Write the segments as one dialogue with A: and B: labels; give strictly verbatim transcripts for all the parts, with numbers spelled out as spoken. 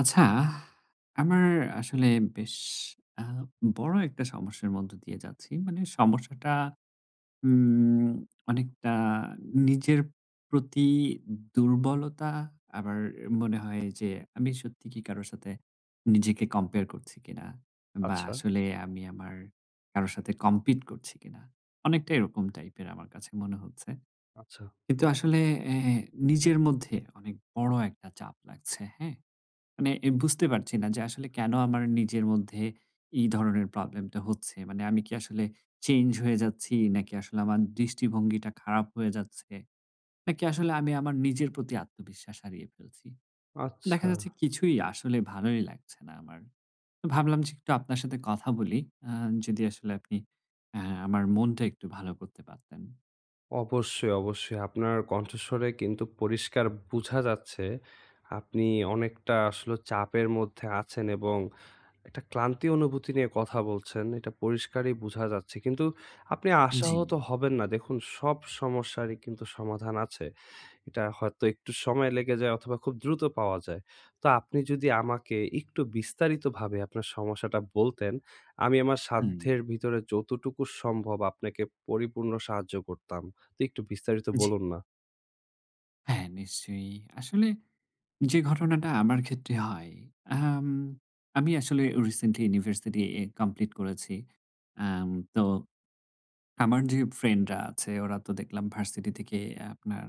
A: আচ্ছা, আমার আসলে বেশ আ বড় একটা সমস্যার মধ্য দিয়ে যাচ্ছি। মানে সমস্যাটা উম অনেকটা নিজের প্রতি দুর্বলতা, আবার মনে হয় যে আমি সত্যি কি কারো সাথে নিজেকে কম্পেয়ার করছি কিনা? বা
B: আচ্ছা,
A: আসলে আমি আমার কারো সাথে কম্পিট করছি কিনা? অনেকটা এরকম টাইপের আমার কাছে মনে হচ্ছে।
B: আচ্ছা,
A: কিন্তু আসলে এ নিজের মধ্যে অনেক বড় একটা চাপ লাগছে, হ্যাঁ? মানে এ বুঝতে পারছি না যে আসলে কেনো আমার নিজের মধ্যে এই ধরনের প্রবলেমটা হচ্ছে। মানে আমি কি আসলে চেঞ্জ হয়ে যাচ্ছি? নাকি আসলে আমার দৃষ্টিভঙ্গিটা খারাপ হয়ে যাচ্ছে? নাকি আসলে আমি আমার নিজের প্রতি আত্মবিশ্বাস হারিয়ে ফেলছি? দেখা
B: আচ্ছা।
A: যাচ্ছে কিছুই আসলে ভালোই লাগছে না আমার। তো ভাবলাম যে একটু আপনার সাথে কথা বলি। আ যদি আসলে আপনি আ আমার মনটা একটু ভালো করতে পারতেন।
B: অবশ্যই, অবশ্যই। আপনার কণ্ঠস্বরে কিন্তু পরিষ্কার বুঝা যাচ্ছে আপনি অনেকটা আসলে চাপের মধ্যে আছেন এবং একটা ক্লান্তি অনুভূতি নিয়ে কথা বলছেন। এটা পরিষ্কারই বুঝা যাচ্ছে। কিন্তু আপনি
A: জি,
B: আশাহত হবেন না। দেখুন সব সমস্যারই কিন্তু সমাধান আছে। এটা হয়তো একটু সময় লেগে যায় অথবা খুব দ্রুত পাওয়া যায়। তো আপনি যদি আমাকে একটু বিস্তারিতভাবে আপনার সমস্যাটা বলতেন, আমি আমার
A: হুম।
B: সাধ্যের ভিতরে যতটুকু সম্ভব আপনাকে পরিপূর্ণ সাহায্য করতাম। তো একটু বিস্তারিত
A: জি,
B: বলুন না।
A: হ্যাঁ নিশ্চয়ই। আসলে যে ঘটনাটা আমার ক্ষেত্রে হয়, আম আমি আসলে রিসেন্টলি ইউনিভার্সিটি এ কমপ্লিট করেছি। আম তো আমার যে ফ্রেন্ডরা আছে ওরা তো দেখলাম ভার্সিটি থেকে আপনার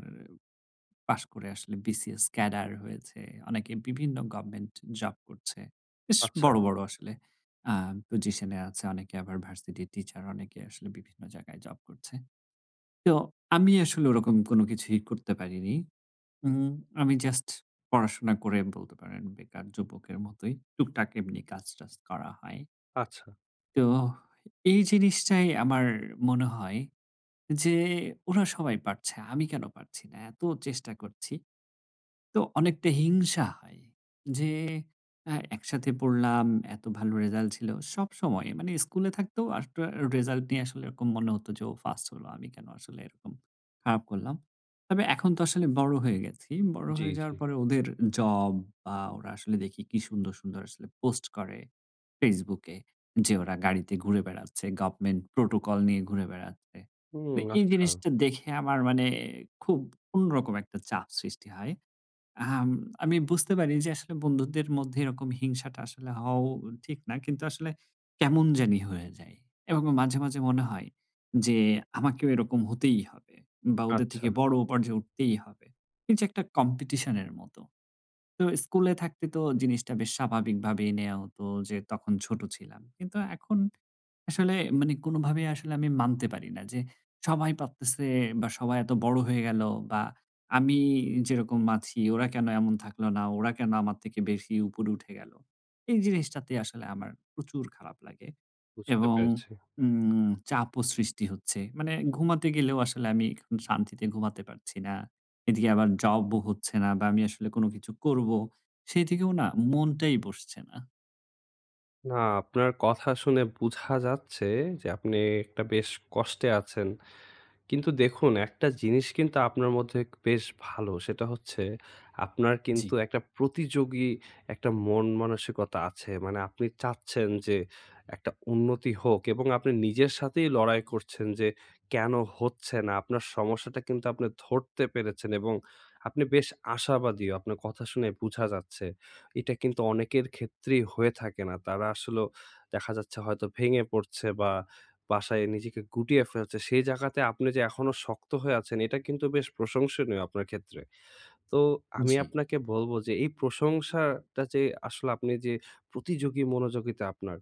A: পাশ করে আসলে বিসিএস ক্যাডার হয়েছে। অনেকে বিভিন্ন গভর্নমেন্ট জব করছে। বেশ
B: আচ্ছা,
A: বড়, বড় আসলে আ পজিশনে আছে। অনেকে আবার ভার্সিটির টিচার, অনেকে আসলে বিভিন্ন জায়গায় জব করছে। তো আমি আসলে ওরকম কোনো কিছুই করতে পারিনি। উম আমি জাস্ট পড়াশোনা করে বলতে পারেন বেকার যুবকের মতোই। টুকটাক এমনি কাজ-টাজ করা হয়।
B: আচ্ছা।
A: তো এই জিনিসটাই আমার মনে হয় যে ওরা সবাই পারছে। আমি কেন পারছি না? এত চেষ্টা করছি। তো অনেকটা হিংসা হয় যে আ একসাথে পড়লাম, এত ভালো রেজাল্ট ছিল। সবসময় মানে স্কুলে থাকতেও আফটার রেজাল্ট নিয়ে আসলে এরকম মনে হতো যে, "ও ফার্স্ট হলো। আমি কেন আসলে এরকম খারাপ করলাম?" তবে এখন তো আসলে বড় হয়ে গেছি। বড়
B: জি,
A: হয়ে
B: জি।
A: যাওয়ার পরে ওদের জব বা ওরা আসলে দেখি কি সুন্দর, সুন্দর আসলে পোস্ট করে Facebook এ যে ওরা গাড়িতে ঘুরে বেড়াচ্ছে, গভর্নমেন্ট প্রোটোকল নিয়ে ঘুরে বেড়াচ্ছে। তো
B: হুম,
A: এই
B: আচ্ছা,
A: জিনিসটা দেখে আমার মানে খুব অন্যরকম একটা চাপ সৃষ্টি হয়। আম আমি বুঝতে পারি যে আসলে বন্ধুদের মধ্যে এরকম হিংসাটা আসলে হওয়াও ঠিক না। কিন্তু আসলে কেমন জানি হয়ে যায়। এবং মাঝে, মাঝে মনে হয় যে আমাকেও এরকম হতেই হবে বা ওদের
B: আচ্ছা।
A: থেকে বড় পর্যায়ে উঠতেই হবে। এই যে একটা কম্পিটিশন এর মতো। তো স্কুলে থাকতে তো জিনিসটা বেশ স্বাভাবিকভাবেই নেয়া হতো যে তখন ছোট ছিলাম। কিন্তু এখন আসলে মানে কোনোভাবেই আসলে আমি মানতে পারি না যে সবাই পারতেছে বা সবাই এত বড় হয়ে গেল বা আমি যেরকম আছি ওরা কেন এমন থাকলো না, ওরা কেন আমার থেকে বেশি উপরে উঠে গেল। এই জিনিসটাতে আসলে আমার প্রচুর খারাপ লাগে
B: বুঝতে
A: এবং
B: পেরেছি।
A: উম চাপও সৃষ্টি হচ্ছে। মানে ঘুমাতে গেলেও আসলে আমি এখন শান্তিতে ঘুমাতে পারছি না। এদিকে আবার জবও হচ্ছে না বা আমি আসলে কোনো কিছু করব, সেই দিকেও না মনটাই বসছে না।
B: না, আপনার কথা শুনে বুঝা যাচ্ছে যে আপনি একটা বেশ কষ্টে আছেন। কিন্তু দেখুন একটা জিনিস কিন্তু আপনার মধ্যে বেশ ভালো। সেটা হচ্ছে আপনার
A: জি,
B: কিন্তু একটা প্রতিযোগী একটা মন মানসিকতা আছে। মানে আপনি চাচ্ছেন যে একটা উন্নতি হোক এবং আপনি নিজের সাথেই লড়াই করছেন যে কেন হচ্ছে না? আপনার সমস্যাটা কিন্তু আপনি ধরতে পেরেছেন এবং আপনি বেশ আশাবাদীও। আপনার কথা শুনে বুঝা যাচ্ছে। এটা কিন্তু অনেকের ক্ষেত্রেই হয়ে থাকে না। তারা আসলেও দেখা যাচ্ছে হয়তো ভেঙে পড়ছে বা বাসায় নিজেকে গুটিয়ে ফেলছে, সেই জায়গাতে আপনি যে এখনো শক্ত হয়ে আছেন, এটা কিন্তু বেশ প্রশংসনীয় আপনার ক্ষেত্রে। তো আমি
A: জি।
B: আপনাকে বলব যে এই প্রশংসাটা যে আসলে আপনি যে প্রতিযোগী মনোযোগিতা আপনার,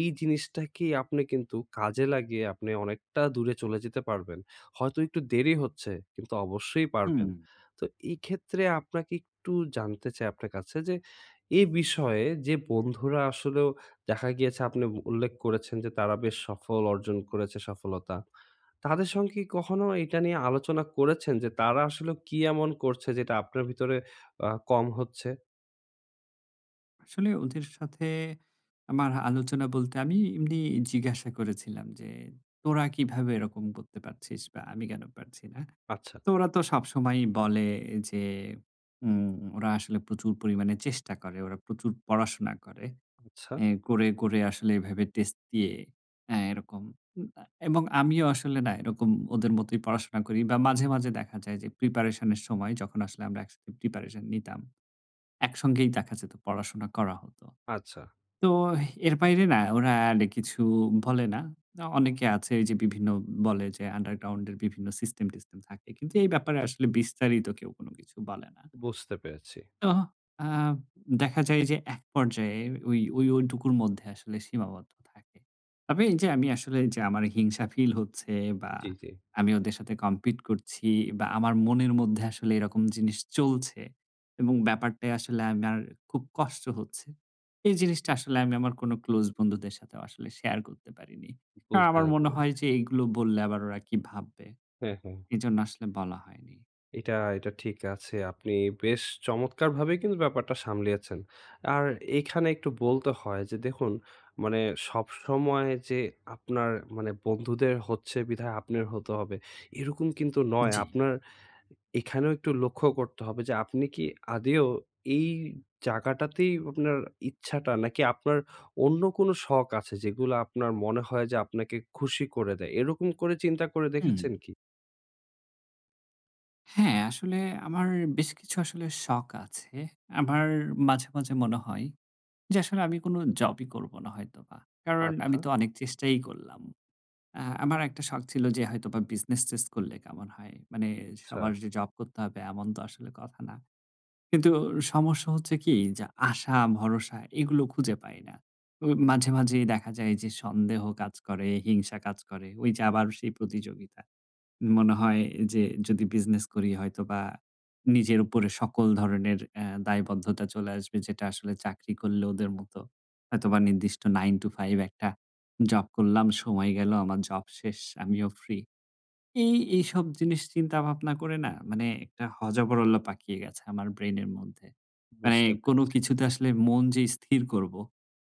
B: এই জিনিসটাকেই আপনি কিন্তু কাজে লাগিয়ে আপনি অনেকটা দূরে চলে যেতে পারবেন। হয়তো একটু দেরি হচ্ছে কিন্তু অবশ্যই
A: হুম।
B: পারবেন। তো এই ক্ষেত্রে আপনাকে একটু জানতে চাই আপনার কাছে যে এ বিষয়ে যে বন্ধুরা আসলেও দেখা গিয়েছে আপনি উল্লেখ করেছেন যে তারা বেশ সফল অর্জন করেছে সফলতা। তাদের সঙ্গে কি কখনো এটা নিয়ে আলোচনা করেছেন যে তারা আসলে কি এমন করছে যেটা আপনার ভিতরে আ কম হচ্ছে?
A: আসলে ওদের সাথে আমার আলোচনা বলতে আমি এমনি জিজ্ঞাসা করেছিলাম যে, "তোরা কিভাবে এরকম করতে পারছিস বা আমি কেন পারছি না?"
B: আচ্ছা,
A: তো ওরা তো সবসময়ই বলে যে, উম ওরা আসলে প্রচুর পরিমাণে চেষ্টা করে। ওরা প্রচুর পড়াশোনা করে।
B: আচ্ছা,
A: এ করে, করে আসলে এভাবে টেস্ট দিয়ে অ্যা এরকম উম আ এবং আমিও আসলে না এরকম ওদের মতোই পড়াশোনা করি বা মাঝে, মাঝে দেখা যায় যে প্রিপারেশন এর সময় যখন আসলে আমরা একসাথে প্রিপারেশন নিতাম, একসঙ্গেই দেখা যেত পড়াশোনা করা হতো।
B: আচ্ছা
A: তো এর বাইরে না ওরা আর কিছু বলে না। আ অনেকে আছে এই যে বিভিন্ন বলে যে আন্ডারগ্রাউন্ড এর বিভিন্ন সিস্টেম-টিস্টেম থাকে। কিন্তু এই ব্যাপারে আসলে বিস্তারিত কেউ কোন কিছু বলে না।
B: বুঝতে পেরেছি।
A: তো আ দেখা যায় যে এক পর্যায়ে ওই ওই ওইটুকুর মধ্যে আসলে সীমাবদ্ধ থাকে। তবে এই যে আমি আসলে যে আমার হিংসা ফিল হচ্ছে বা
B: জি, জি।
A: আমি ওদের সাথে কম্পিট করছি বা আমার মনের মধ্যে আসলে এরকম জিনিস চলছে এবং ব্যাপারটা আসলে আমার খুব কষ্ট হচ্ছে। এই জিনিসটা আসলে আমি আমার কোনো ক্লোজ বন্ধুদের সাথেও আসলে শেয়ার করতে পারিনি। কারণ
B: বুঝতে
A: আমার মনে
B: পেরেছি।
A: হয় যে এগুলো বললে আবার ওরা কি ভাববে?
B: হ্যাঁ, হ্যাঁ।
A: এজন্য আসলে বলা হয়নি।
B: এটা, এটা ঠিক আছে। আপনি বেশ চমৎকারভাবে কিন্তু ব্যাপারটা সামলিয়েছেন। আর এখানে একটু বলতে হয় যে দেখুন, মানে সবসময় যে আপনার মানে বন্ধুদের হচ্ছে বিধায় আপনার হতে হবে, এরকম কিন্তু নয়।
A: জি।
B: আপনার এখানেও একটু লক্ষ্য করতে হবে যে আপনি কি আদেও এই জায়গাটাতেই আপনার ইচ্ছাটা নাকি আপনার অন্য কোনো শখ আছে যেগুলো আপনার মনে হয় যে আপনাকে খুশি করে দেয়। এরকম করে চিন্তা করে
A: হুম।
B: দেখেছেন কি?
A: হ্যাঁ, আসলে আমার বেশ কিছু আসলে শখ আছে। আমার মাঝে, মাঝে মনে হয় যে আসলে আমি কোনো জবই করব না হয়তোবা। কারণ
B: আচ্ছা,
A: আমি তো অনেক চেষ্টাই করলাম। আ আমার একটা শখ ছিল যে হয়তোবা বিজনেস-টিজনেস করলে কেমন হয়? মানে
B: আচ্ছা
A: সবার যে জব করতে হবে এমন তো আসলে কথা না। কিন্তু সমস্যা হচ্ছে কি যে আশা, ভরসা এগুলো খুঁজে পাই না। ও মাঝে, মাঝেই দেখা যায় যে সন্দেহ কাজ করে, হিংসা কাজ করে। ওই যে আবার সেই প্রতিযোগিতা। মনে হয় যে যদি বিজনেস করি হয়তোবা নিজের উপরে সকল ধরনের অ্যা দায়বদ্ধতা চলে আসবে। যেটা আসলে চাকরি করলে ওদের মতো হয়তোবা নির্দিষ্ট নাইন to ফাইভ একটা জব করলাম, সময় গেল, আমার জব শেষ, আমিও ফ্রি। এই এইসব জিনিস চিন্তা ভাবনা করে না মানে একটা হযবরল্য পাকিয়ে গেছে আমার ব্রেইনের মধ্যে। মানে
B: বুঝতে
A: কোনো
B: পেরেছি।
A: কিছুতে আসলে মন যে স্থির করব,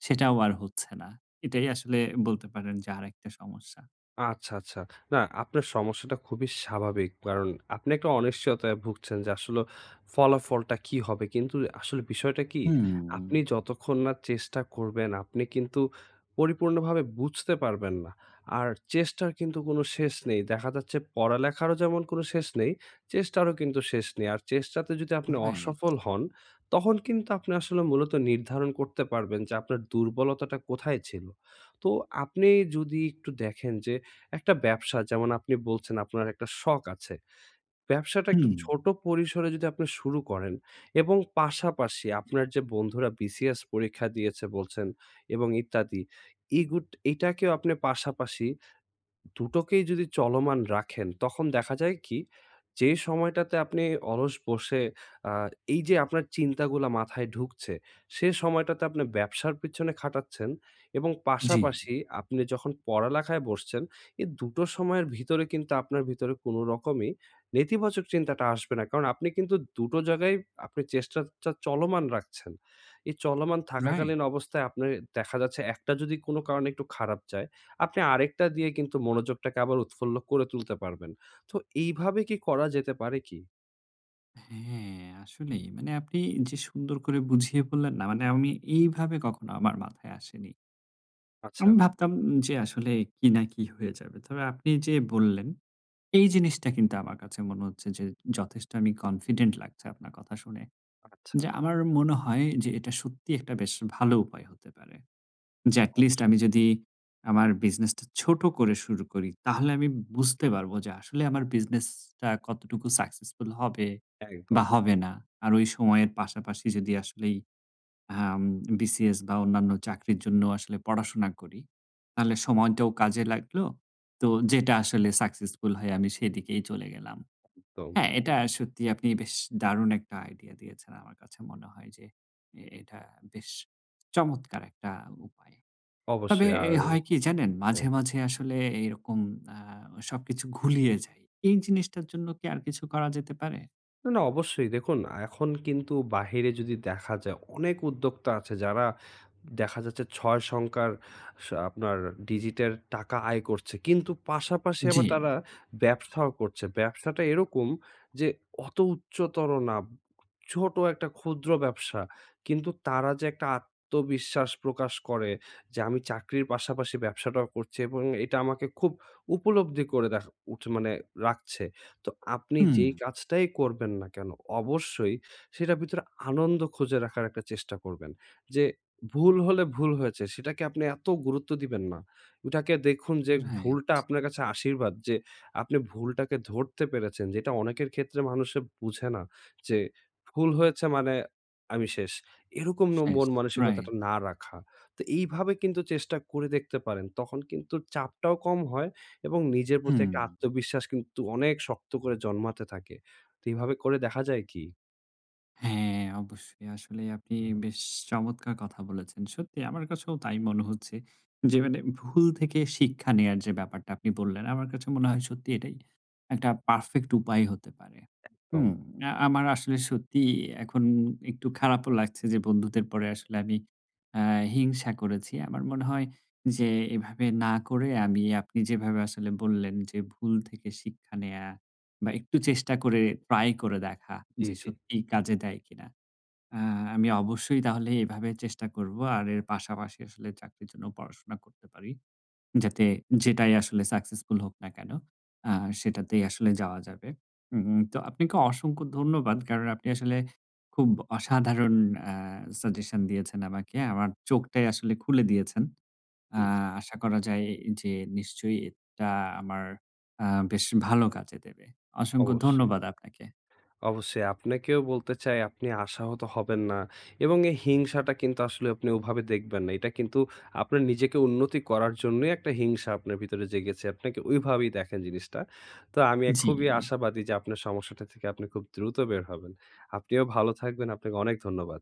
A: সেটাও আর হচ্ছে না। এটাই আসলে বলতে পারেন যে আরেকটা সমস্যা।
B: আচ্ছা, আচ্ছা। না, আপনার সমস্যাটা খুবই স্বাভাবিক। কারণ আপনি একটা অনিশ্চয়তায় ভুগছেন যে আসলে ফলাফলটা কি হবে? কিন্তু আসলে বিষয়টা কি?
A: হুম,
B: আপনি যতক্ষণ না চেষ্টা করবেন, আপনি কিন্তু পরিপূর্ণভাবে বুঝতে পারবেন না। আর চেষ্টার কিন্তু কোনো শেষ নেই। দেখা যাচ্ছে পড়ালেখারও যেমন কোনো শেষ নেই, চেষ্টারও কিন্তু শেষ নেই। আর চেষ্টাতে যদি আপনি
A: রাইট।
B: অসফল হন, তখন কিন্তু আপনি আসলে মূলত নির্ধারণ করতে পারবেন যে আপনার দুর্বলতাটা কোথায় ছিল। তো আপনি যদি একটু দেখেন যে একটা ব্যবসা যেমন আপনি বলছেন আপনার একটা শখ আছে। ব্যবসাটা একটু
A: হুম।
B: ছোট পরিসরে যদি আপনি শুরু করেন এবং পাশাপাশি আপনার যে বন্ধুরা বিসিএস পরীক্ষা দিয়েছে বলছেন এবং ইত্যাদি, এগুট এটাকেও আপনি পাশাপাশি দুটোকেই যদি চলমান রাখেন, তখন দেখা যায় কি? যে সময়টাতে আপনি অলস বসে আ এই যে আপনার চিন্তাগুলা মাথায় ঢুকছে, সে সময়টাতে আপনি ব্যবসার পিছনে খাটাচ্ছেন এবং
A: জি,
B: পাশাপাশি আপনি যখন পড়ালেখায় বসছেন, এ দুটো সময়ের ভিতরে কিন্তু আপনার ভিতরে কোনো রকমই নেতিবাচক চিন্তাটা আসবে না। কারণ আপনি কিন্তু দুটো জায়গায় আপনি চেষ্টাটা চলমান রাখছেন। এই চলমান
A: রাইট।
B: থাকাকালীন অবস্থায় আপনার দেখা যাচ্ছে একটা যদি কোনো কারণে একটু খারাপ যায়, আপনি আরেকটা দিয়ে কিন্তু মনোযোগটাকে আবার উৎফুল্ল করে তুলতে পারবেন। তো এইভাবে কি করা যেতে পারে কি?
A: হ্যাঁ, আসলেই। মানে আপনি যে সুন্দর করে বুঝিয়ে বললেন না, মানে আমি এইভাবে কখনো আমার মাথায় আসেনি।
B: আচ্ছা,
A: আমি
B: আচ্ছা,
A: ভাবতাম যে আসলে কি না কি হয়ে যাবে। তবে আপনি যে বললেন, এই জিনিসটা কিন্তু আমার কাছে মনে হচ্ছে যে যথেষ্ট আমি কনফিডেন্ট লাগছে আপনার কথা শুনে।
B: আচ্ছা।
A: যে আমার মনে হয় যে এটা সত্যিই একটা বেশ ভালো উপায় হতে পারে। যে এটলিস্ট আমি
B: অবশ্যই।
A: যদি আমার বিজনেসটা ছোট করে শুরু করি, তাহলে আমি বুঝতে পারবো যে আসলে আমার বিজনেসটা কতটুকু সাকসেসফুল হবে
B: একদম,
A: বা হবে না। আর ওই সময়ের পাশাপাশি যদি আসলেই আম বিসিএস বা অন্যান্য চাকরির জন্য আসলে পড়াশোনা করি, তাহলে সময়টাও কাজে লাগলো। তো যেটা আসলে সাকসেসফুল হয় আমি সেদিকেই চলে গেলাম।
B: একদম।
A: হ্যাঁ, এটা সত্যি আপনি বেশ দারুণ একটা আইডিয়া দিয়েছেন। আমার কাছে মনে হয় যে এ এটা বেশ চমৎকার একটা উপায়। তবে
B: অবশ্যই আর
A: এ হয় কি জানেন?
B: হ্যাঁ।
A: মাঝে, মাঝে আসলে এরকম আ সবকিছু গুলিয়ে যায়। এই জিনিসটার জন্য কি আর কিছু করা যেতে পারে?
B: না, না অবশ্যই। দেখুন এখন কিন্তু বাহিরে যদি দেখা যায় অনেক উদ্যোক্তা আছে যারা দেখা যাচ্ছে ছয় সংখ্যার সা আপনার ডিজিটের টাকা আয় করছে। কিন্তু পাশাপাশি
A: জি।
B: আবার তারা ব্যবসাও করছে। ব্যবসাটা এরকম যে অত উচ্চতর না। ছোট একটা ক্ষুদ্র ব্যবসা। কিন্তু তারা যে একটা আত্মবিশ্বাস প্রকাশ করে যে আমি চাকরির পাশাপাশি ব্যবসাটাও করছি এবং এটা আমাকে খুব উপলব্ধি করে দেখ উঠ মানে রাখছে। তো আপনি
A: হুম,
B: যেই কাজটাই করবেন না কেন, অবশ্যই সেটার ভিতরে আনন্দ খুঁজে রাখার একটা চেষ্টা করবেন। যে ভুল হলে ভুল হয়েছে সেটাকে আপনি এত গুরুত্ব দিবেন না। ওটাকে দেখুন যে ভুলটা
A: রাইট,
B: আপনার কাছে আশীর্বাদ যে আপনি ভুলটাকে ধরতে পেরেছেন। যেটা অনেকের ক্ষেত্রে মানুষে বুঝে না যে ভুল হয়েছে মানে আমি শেষ। এরকম ন
A: শেষ,
B: মন মানসিকতাটা
A: রাইট।
B: না রাখা। তো এইভাবে কিন্তু চেষ্টা করে দেখতে পারেন। তখন কিন্তু চাপটাও কম হয় এবং নিজের প্রতি
A: হুম।
B: একটা আত্মবিশ্বাস কিন্তু অনেক শক্ত করে জন্মাতে থাকে। তো এভাবে করে দেখা যায় কি?
A: হ্যাঁ, অবশ্যই। আসলে আপনি বেশ চমৎকার কথা বলেছেন। সত্যি আমার কাছেও তাই মনে হচ্ছে যে মানে ভুল থেকে শিক্ষা নেয়ার যে ব্যাপারটা আপনি বললেন, আমার কাছে মনে হয় সত্যি এটাই একটা পারফেক্ট উপায় হতে পারে। হুম,
B: কম
A: আ আমার আসলে সত্যিই এখন একটু খারাপও লাগছে যে বন্ধুদের পরে আসলে আমি আ হিংসা করেছি। আমার মনে হয় যে এভাবে না করে আমি আপনি যেভাবে আসলে বললেন যে ভুল থেকে শিক্ষা নেয়া বা একটু চেষ্টা করে ট্রাই করে দেখা
B: জি,
A: যে
B: জি,
A: সত্যিই কাজে দেয় কিনা। আ আমি অবশ্যই তাহলে এভাবে চেষ্টা করব। আর এর পাশাপাশি আসলে চাকরির জন্য পড়াশোনা করতে পারি। যাতে যেটাই আসলে সাকসেসফুল হোক না কেন, আ সেটাতেই আসলে যাওয়া যাবে। উম তো আপনাকে অসংখ্য ধন্যবাদ। কারণ আপনি আসলে খুব অসাধারণ আ সাজেশন দিয়েছেন আমাকে। আমার চোখটাই আসলে খুলে দিয়েছেন। আ
B: জি, জি।
A: আশা করা যায় যে নিশ্চয়ই এটা আমার আ বেশ ভালো কাজে দেবে। অসংখ্য
B: অবশ্যই,
A: ধন্যবাদ আপনাকে।
B: অবশ্যই। আপনাকেও বলতে চাই আপনি আশাহত হবেন না এবং এই হিংসাটা কিন্তু আসলে আপনি ওভাবে দেখবেন না। এটা কিন্তু আপনার নিজেকে উন্নতি করার জন্যই একটা হিংসা আপনার ভিতরে জেগেছে। আপনাকে ওইভাবেই দেখেন জিনিসটা। তো আমি এ
A: জি।
B: খুবই আশাবাদী যে আপনার সমস্যাটা থেকে আপনি খুব দ্রুত বের হবেন। আপনিও ভালো থাকবেন। আপনাকে অনেক ধন্যবাদ।